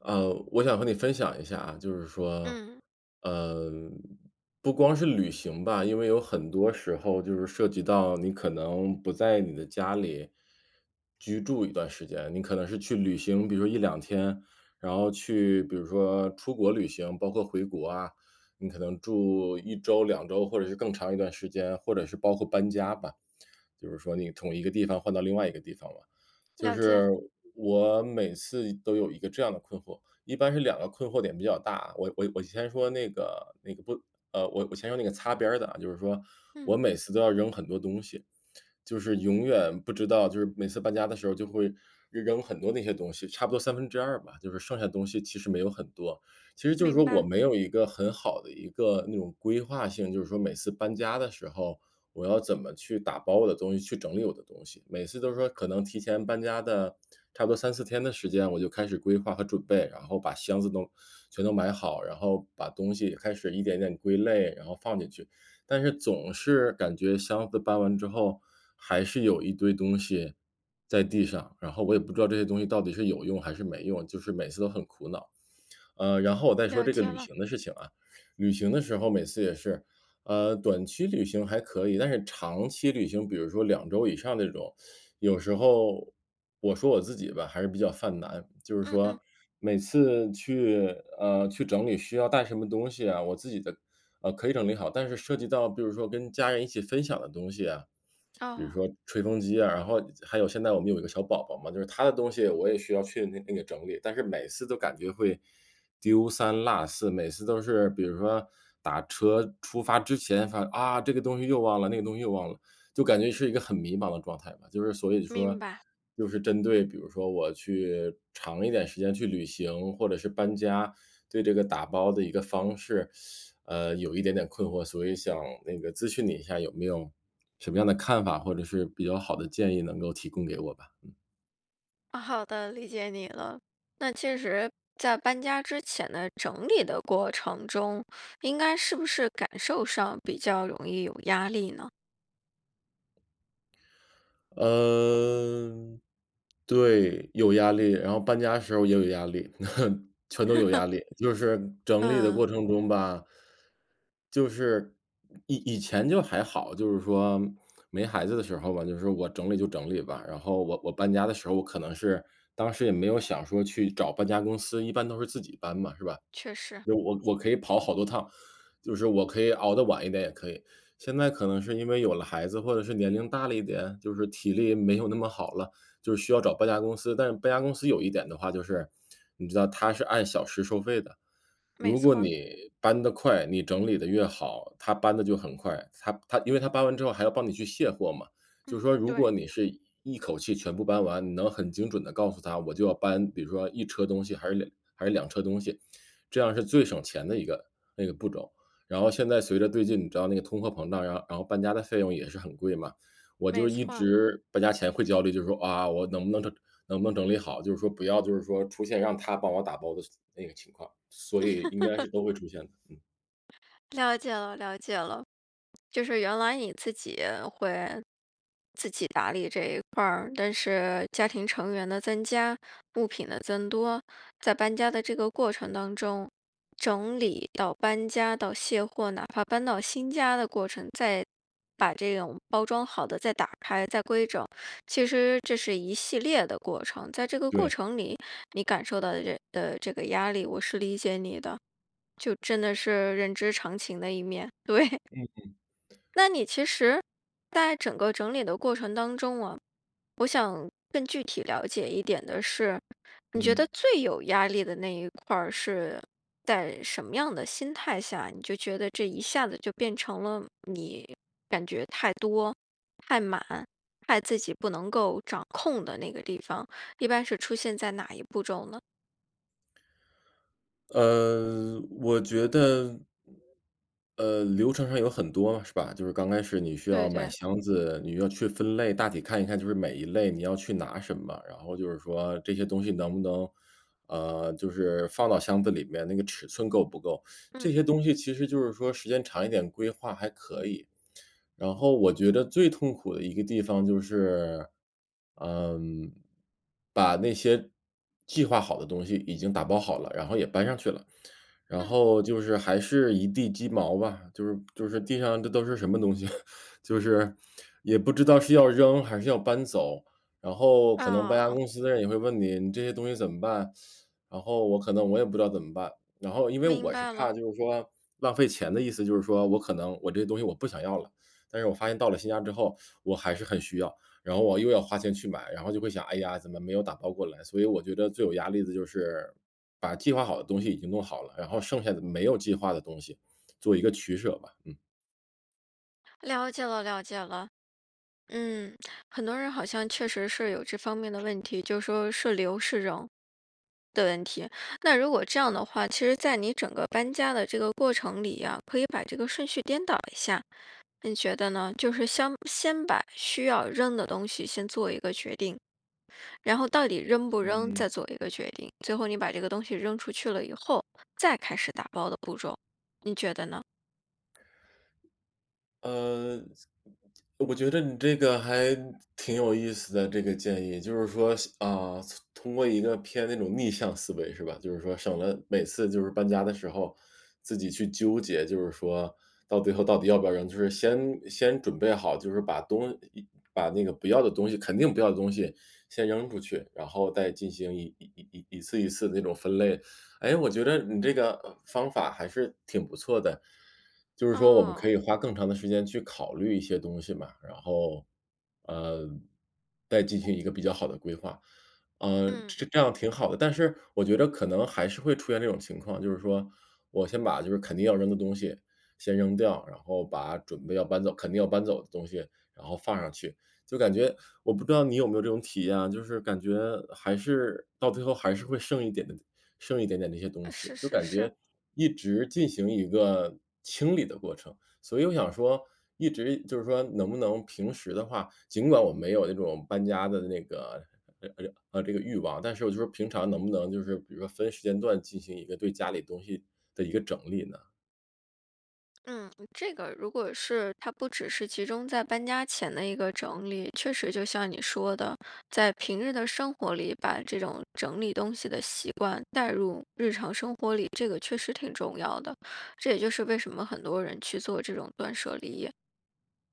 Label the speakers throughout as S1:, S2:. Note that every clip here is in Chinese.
S1: 我想和你分享一下啊，就是说，
S2: 嗯，
S1: 呃，不光是旅行吧，因为有很多时候就是涉及到你可能不在你的家里居住一段时间，你可能是去旅行，比如说一两天，然后去比如说出国旅行，包括回国啊，你可能住一周、两周，或者是更长一段时间，或者是包括搬家吧。就是说你从一个地方换到另外一个地方嘛。就
S2: 了解，
S1: 是我每次都有一个这样的困惑，一般是两个困惑点比较大。我先说那个不呃，我先说那个擦边儿的啊，就是说
S2: 嗯，
S1: 我每次都要扔很多东西，就是永远不知道就是每次搬家的时候就会扔很多那些东西，差不多三分之二吧，就是剩下的东西其实没有很多。其实就是
S2: 明
S1: 说我
S2: 白，
S1: 没有一个很好的一个那种规划性，就是说每次搬家的时候，我要怎么去打包我的东西，去整理我的东西。每次都说可能提前搬家的差不多三四天的时间，我就开始规划和准备，然后把箱子都全都买好，然后把东西开始一点点归类，然后放进去。但是总是感觉箱子搬完之后，还是有一堆东西在地上，然后我也不知道这些东西到底是有用还是没用，就是每次都很苦恼。然后我再说
S2: 了
S1: 这个
S2: 解
S1: 旅
S2: 了，
S1: 行的事情啊，旅行的时候每次也是，短期旅行还可以，但是长期旅行，比如说两周以上这种，有时候我说我自己吧，还是比较犯难。就是
S2: 嗯嗯，
S1: 说每次去去整理需要带什么东西啊，我自己的，可以整理好，但是涉及到比如说跟家人一起分享的东西啊，比如
S2: 哦，
S1: 说吹风机啊，然后还有现在我们有一个小宝宝嘛，就是他的东西我也需要去那个整理，但是每次都感觉会丢三落四，每次都是比如说打车出发之前发啊，这个东西又忘了，那个东西又忘了，就感觉是一个很迷茫的状态吧。就是所以
S2: 明
S1: 说，
S2: 白，
S1: 就是针对比如说我去长一点时间去旅行，或者是搬家，对这个打包的一个方式，有一点点困惑，所以想那个咨询你一下有没有什么样的看法，或者是比较好的建议能够提供给我吧？
S2: 啊好的，理解你了。那其实，在搬家之前的整理的过程中，应该是不是感受上比较容易有压力呢？
S1: 嗯，对，有压力，然后搬家时候也有压力，全都有压力。就是整理的
S2: 嗯，
S1: 过程中吧，就是以前就还好，就是说没孩子的时候吧，就是我整理就整理吧。然后我搬家的时候，我可能是当时也没有想说去找搬家公司，一般都是自己搬嘛，是吧？
S2: 确实，
S1: 就我可以跑好多趟，就是我可以熬得晚一点也可以。现在可能是因为有了孩子，或者是年龄大了一点，就是体力没有那么好了，就是需要找搬家公司。但是搬家公司有一点的话，就是你知道他是按小时收费的，
S2: 没
S1: 如果
S2: 错，
S1: 你搬得快，你整理得越好，他搬的就很快。他因为他搬完之后还要帮你去卸货嘛，就是
S2: 嗯，
S1: 说如
S2: 对，
S1: 果你是一口气全部搬完，你能很精准的告诉他，我就要搬，比如说一车东西还是两车东西，这样是最省钱的一个那个步骤。然后现在随着最近你知道那个通货膨胀，然后搬家的费用也是很贵嘛，我就
S2: 没
S1: 是一
S2: 错，
S1: 直搬家前会焦虑，就是说啊，我能不能整理好，就是说不要就是说出现让他帮我打包的那个情况，所以应该是都会出现的，
S2: 了解了，了解了。就是原来你自己会自己打理这一块儿，但是家庭成员的增加，物品的增多，在搬家的这个过程当中，整理到搬家到卸货，哪怕搬到新家的过程，再把这种包装好的再打开再规整，其实这是一系列的过程。在这个过
S1: 对，
S2: 程里，你感受到的这个压力，我是理解你的，就真的是人之常情的一面，对。那你其实在整个整理的过程当中啊，我想更具体了解一点的是，你觉得
S1: 嗯。
S2: 最有压力的那一块儿是在什么样的心态下，你就觉得这一下子就变成了你感觉太多、太满、太自己不能够掌控的那个地方，一般是出现在哪一步骤呢？
S1: 我觉得，流程上有很多嘛，是吧？就是刚开始你需
S2: 对
S1: 要买
S2: 对，
S1: 箱子，你要去分类，大体看一看，就是每一类你要去拿什么，然后就是说这些东西能不能，就是放到箱子里面，那个尺寸够不够？
S2: 嗯
S1: 这些东西其实就是说时间长一点规划还可以。然后我觉得最痛苦的一个地方就是，嗯，把那些计划好的东西已经打包好了，然后也搬上去了，然
S2: 嗯，
S1: 后就是还是一地鸡毛吧，就是地上这都是什么东西，就是也不知道是要扔还是要搬走，然后可能搬家
S2: 啊，
S1: 公司的人也会问你，你这些东西怎么办？然后我可能也不知道怎么办，然后因为
S2: 明
S1: 我是
S2: 白了，
S1: 怕就是说浪费钱的意思，就是说我可能这些东西我不想要了。但是我发现到了新家之后，我还是很需要，然后我又要花钱去买，然后就会想，哎呀，怎么没有打包过来？所以我觉得最有压力的就是把计划好的东西已经弄好了，然后剩下的没有计划的东西做一个取舍吧。
S2: 了解了，了解了。嗯，很多人好像确实是有这方面的问题，就说是留是扔的问题。那如果这样的话，其实在你整个搬家的这个过程里呀，可以把这个顺序颠倒一下，你觉得呢？就是先把需要扔的东西先做一个决定，然后到底扔不扔再做一个决定，最后你把这个东西扔出去了以后，再开始打包的步骤，你觉得呢？
S1: 嗯呃。我觉得你这个还挺有意思的，这个建议就是说啊，通过一个偏那种逆向思维是吧？就是说省了每次就是搬家的时候自己去纠结，就是说到最后到底要不要扔，就是先先准备好，就是把东一把那个不要的东西，肯定不要的东西先扔出去，然后再进行一次一次那种分类，哎，我觉得你这个方法还是挺不错的，就是说我们可
S2: 哦，
S1: 以花更长的时间去考虑一些东西嘛，然后，呃，再进行一个比较好的规划，
S2: 嗯，
S1: 这样挺好的。但是我觉得可能还是会出现这种情况，就是说我先把就是肯定要扔的东西先扔掉，然后把准备要搬走肯定要搬走的东西然后放上去，就感觉我不知道你有没有这种体验啊，就是感觉还是到最后还是会剩一点的一些东
S2: 是
S1: 西，就
S2: 是
S1: 感
S2: 是。
S1: 觉一直进行一个清理的过程。所以我想说，一直就是说能不能平时的话，尽管我没有那种搬家的那个呃呃这个欲望，但是我就是平常能不能就是比如说分时间段进行一个对家里东西的一个整理呢？
S2: 嗯，这个如果是它不只是集中在搬家前的一个整理，确实就像你说的，在平日的生活里把这种整理东西的习惯带入日常生活里，这个确实挺重要的。这也就是为什么很多人去做这种断舍离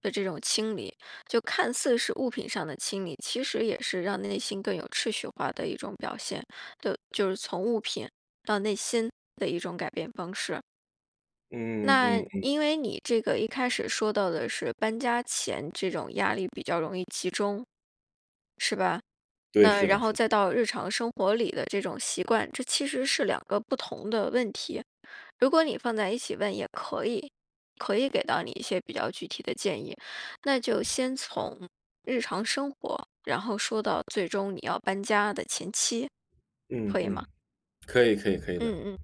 S2: 的这种清理，就看似是物品上的清理，其实也是让内心更有秩序化的一种表现，对，就是从物品到内心的一种改变方式。
S1: 嗯嗯
S2: 那
S1: 嗯，
S2: 因为你这个一开始说到的是搬家前这种压力比较容易集中，是吧？
S1: 对，
S2: 那
S1: 是
S2: 然
S1: 的，
S2: 后
S1: 是的，
S2: 再到日常生活里的这种习惯，这其实是2个不同的问题。如果你放在一起问也可以，可以给到你一些比较具体的建议。那就先从日常生活，然后说到最终你要搬家的前期，
S1: 嗯
S2: 可以吗？
S1: 嗯，可以的。
S2: 嗯嗯。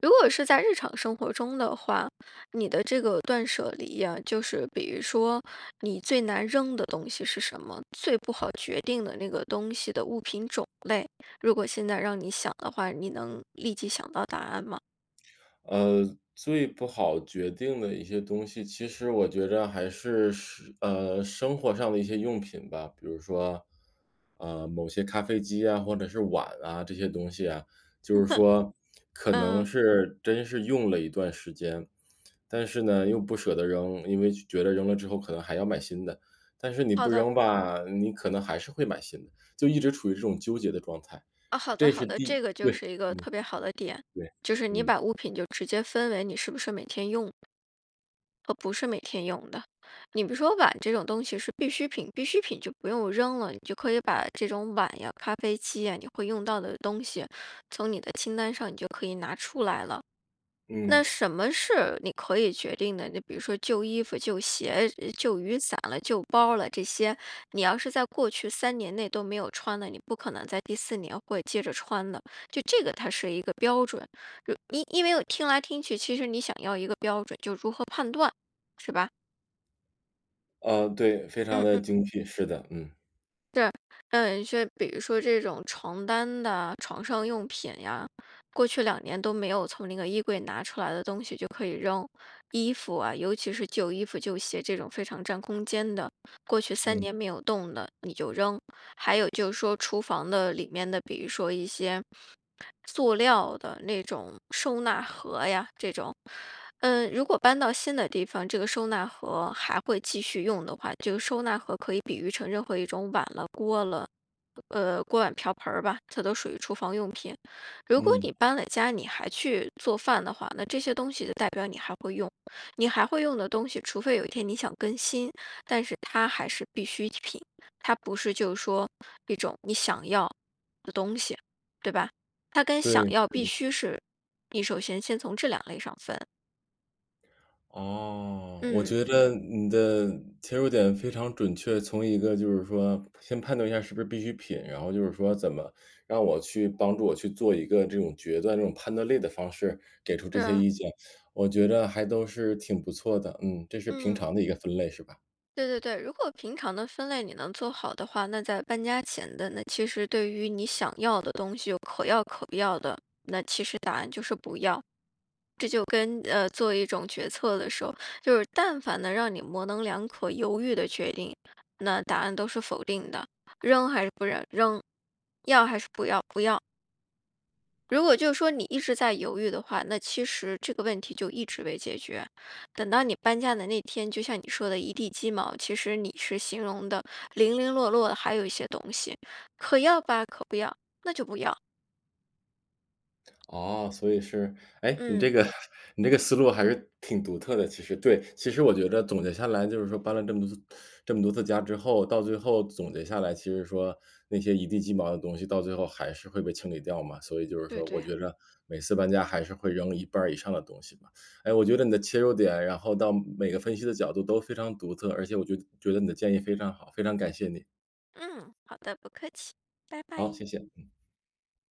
S2: 如果是在日常生活中的话，你的这个断舍离呀，就是比如说你最难扔的东西是什么，最不好决定的那个东西的物品种类，如果现在让你想的话，你能立即想到答案吗？
S1: 呃，最不好决定的一些东西，其实我觉着还是生活上的一些用品吧，比如说，某些咖啡机啊，或者是碗啊，这些东西啊，就是说可能
S2: 嗯，
S1: 是真是用了一段时间，但是呢，又不舍得扔，因为觉得扔了之后可能还要买新的，但是你
S2: 好
S1: 不
S2: 的，
S1: 扔吧，你可能还是会买新的，就一直处于这种纠结的状态，
S2: 啊，好的，
S1: 这
S2: 好
S1: 是
S2: 的，
S1: 第
S2: 这个就
S1: 对，
S2: 是一个
S1: 嗯，
S2: 特别好的点，
S1: 对，
S2: 就是你
S1: 嗯，
S2: 把物品就直接分为你是不是每天用。不是每天用的。你比如说碗这种东西是必需品，必需品就不用扔了，你就可以把这种碗呀、咖啡机呀，你会用到的东西，从你的清单上你就可以拿出来了。
S1: 嗯。
S2: 那什么是你可以决定的？你比如说旧衣服、旧鞋、旧雨伞了、旧包了这些，你要是在过去3年内都没有穿的，你不可能在第4年会接着穿的。就这个，它是一个标准。因为我听来听去，其实你想要一个标准，就如何判断，是吧？
S1: 对，非常的
S2: 嗯。
S1: 精辟，是的，嗯。
S2: 是，嗯，一些比如说这种床单的、床上用品呀，过去2年都没有从那个衣柜拿出来的东西就可以扔。衣服啊，尤其是旧衣服、旧鞋这种非常占空间的，过去三
S1: 嗯
S2: 年没有动的你就扔。还有就是说厨房的里面的，比如说一些塑料的那种收纳盒呀，这种，嗯，如果搬到新的地方，这个收纳盒还会继续用的话，这个收纳盒可以比喻成任何一种碗了、锅了。锅碗瓢盆儿吧，它都属于厨房用品。如果你
S1: 嗯，
S2: 搬了家，你还去做饭的话，那这些东西就代表你还会用，你还会用的东西，除非有一天你想更新，但是它还是必需品，它不是就是说一种你想要的东西，对吧？它跟想
S1: 对。
S2: 要必须是，你首先先从这2类上分。
S1: 哦，我
S2: 嗯，
S1: 觉得你的切入点非常准确，从一个就是说先判断一下是不是必需品，然后就是说怎么让我去帮助我去做一个这种决断、这种判断力的方式，给出这
S2: 对，
S1: 些
S2: 啊，
S1: 意见，我觉得还都是挺不错的，嗯，这是平
S2: 嗯。
S1: 常的一个分类是吧？
S2: 对对对，如果平常的分类你能做好的话，那在搬家前的那其实对于你想要的东西，有可要可不要的，那其实答案就是不要。这就跟做一种决策的时候，就是但凡能让你模棱两可、犹豫的决定，那答案都是否定的，扔还是不扔，扔，要还是不要，不要。如果就是说你一直在犹豫的话，那其实这个问题就一直未解决。等到你搬家的那天，就像你说的一地鸡毛，其实你是形容的零零落落的，还有一些东西，可要吧，可不要，那就不要。
S1: 哦，所以是哎，你这
S2: 嗯，
S1: 个 你这个思路还是挺独特的，其实对，其实我觉得总结下来就是说搬了这么多次家之后，到最后总结下来，其实说那些一地鸡毛的东西到最后还是会被清理掉嘛，所以就是
S2: 对
S1: 说我
S2: 对，
S1: 觉着每次搬家还是会扔一半儿以上的东西嘛。哎，我觉得你的切入点，然后到每个分析的角度都非常独特，而且我觉得你的建议非常好，非常感谢你。
S2: 嗯，好的，不客气，拜
S1: 好，
S2: 拜。
S1: 谢谢。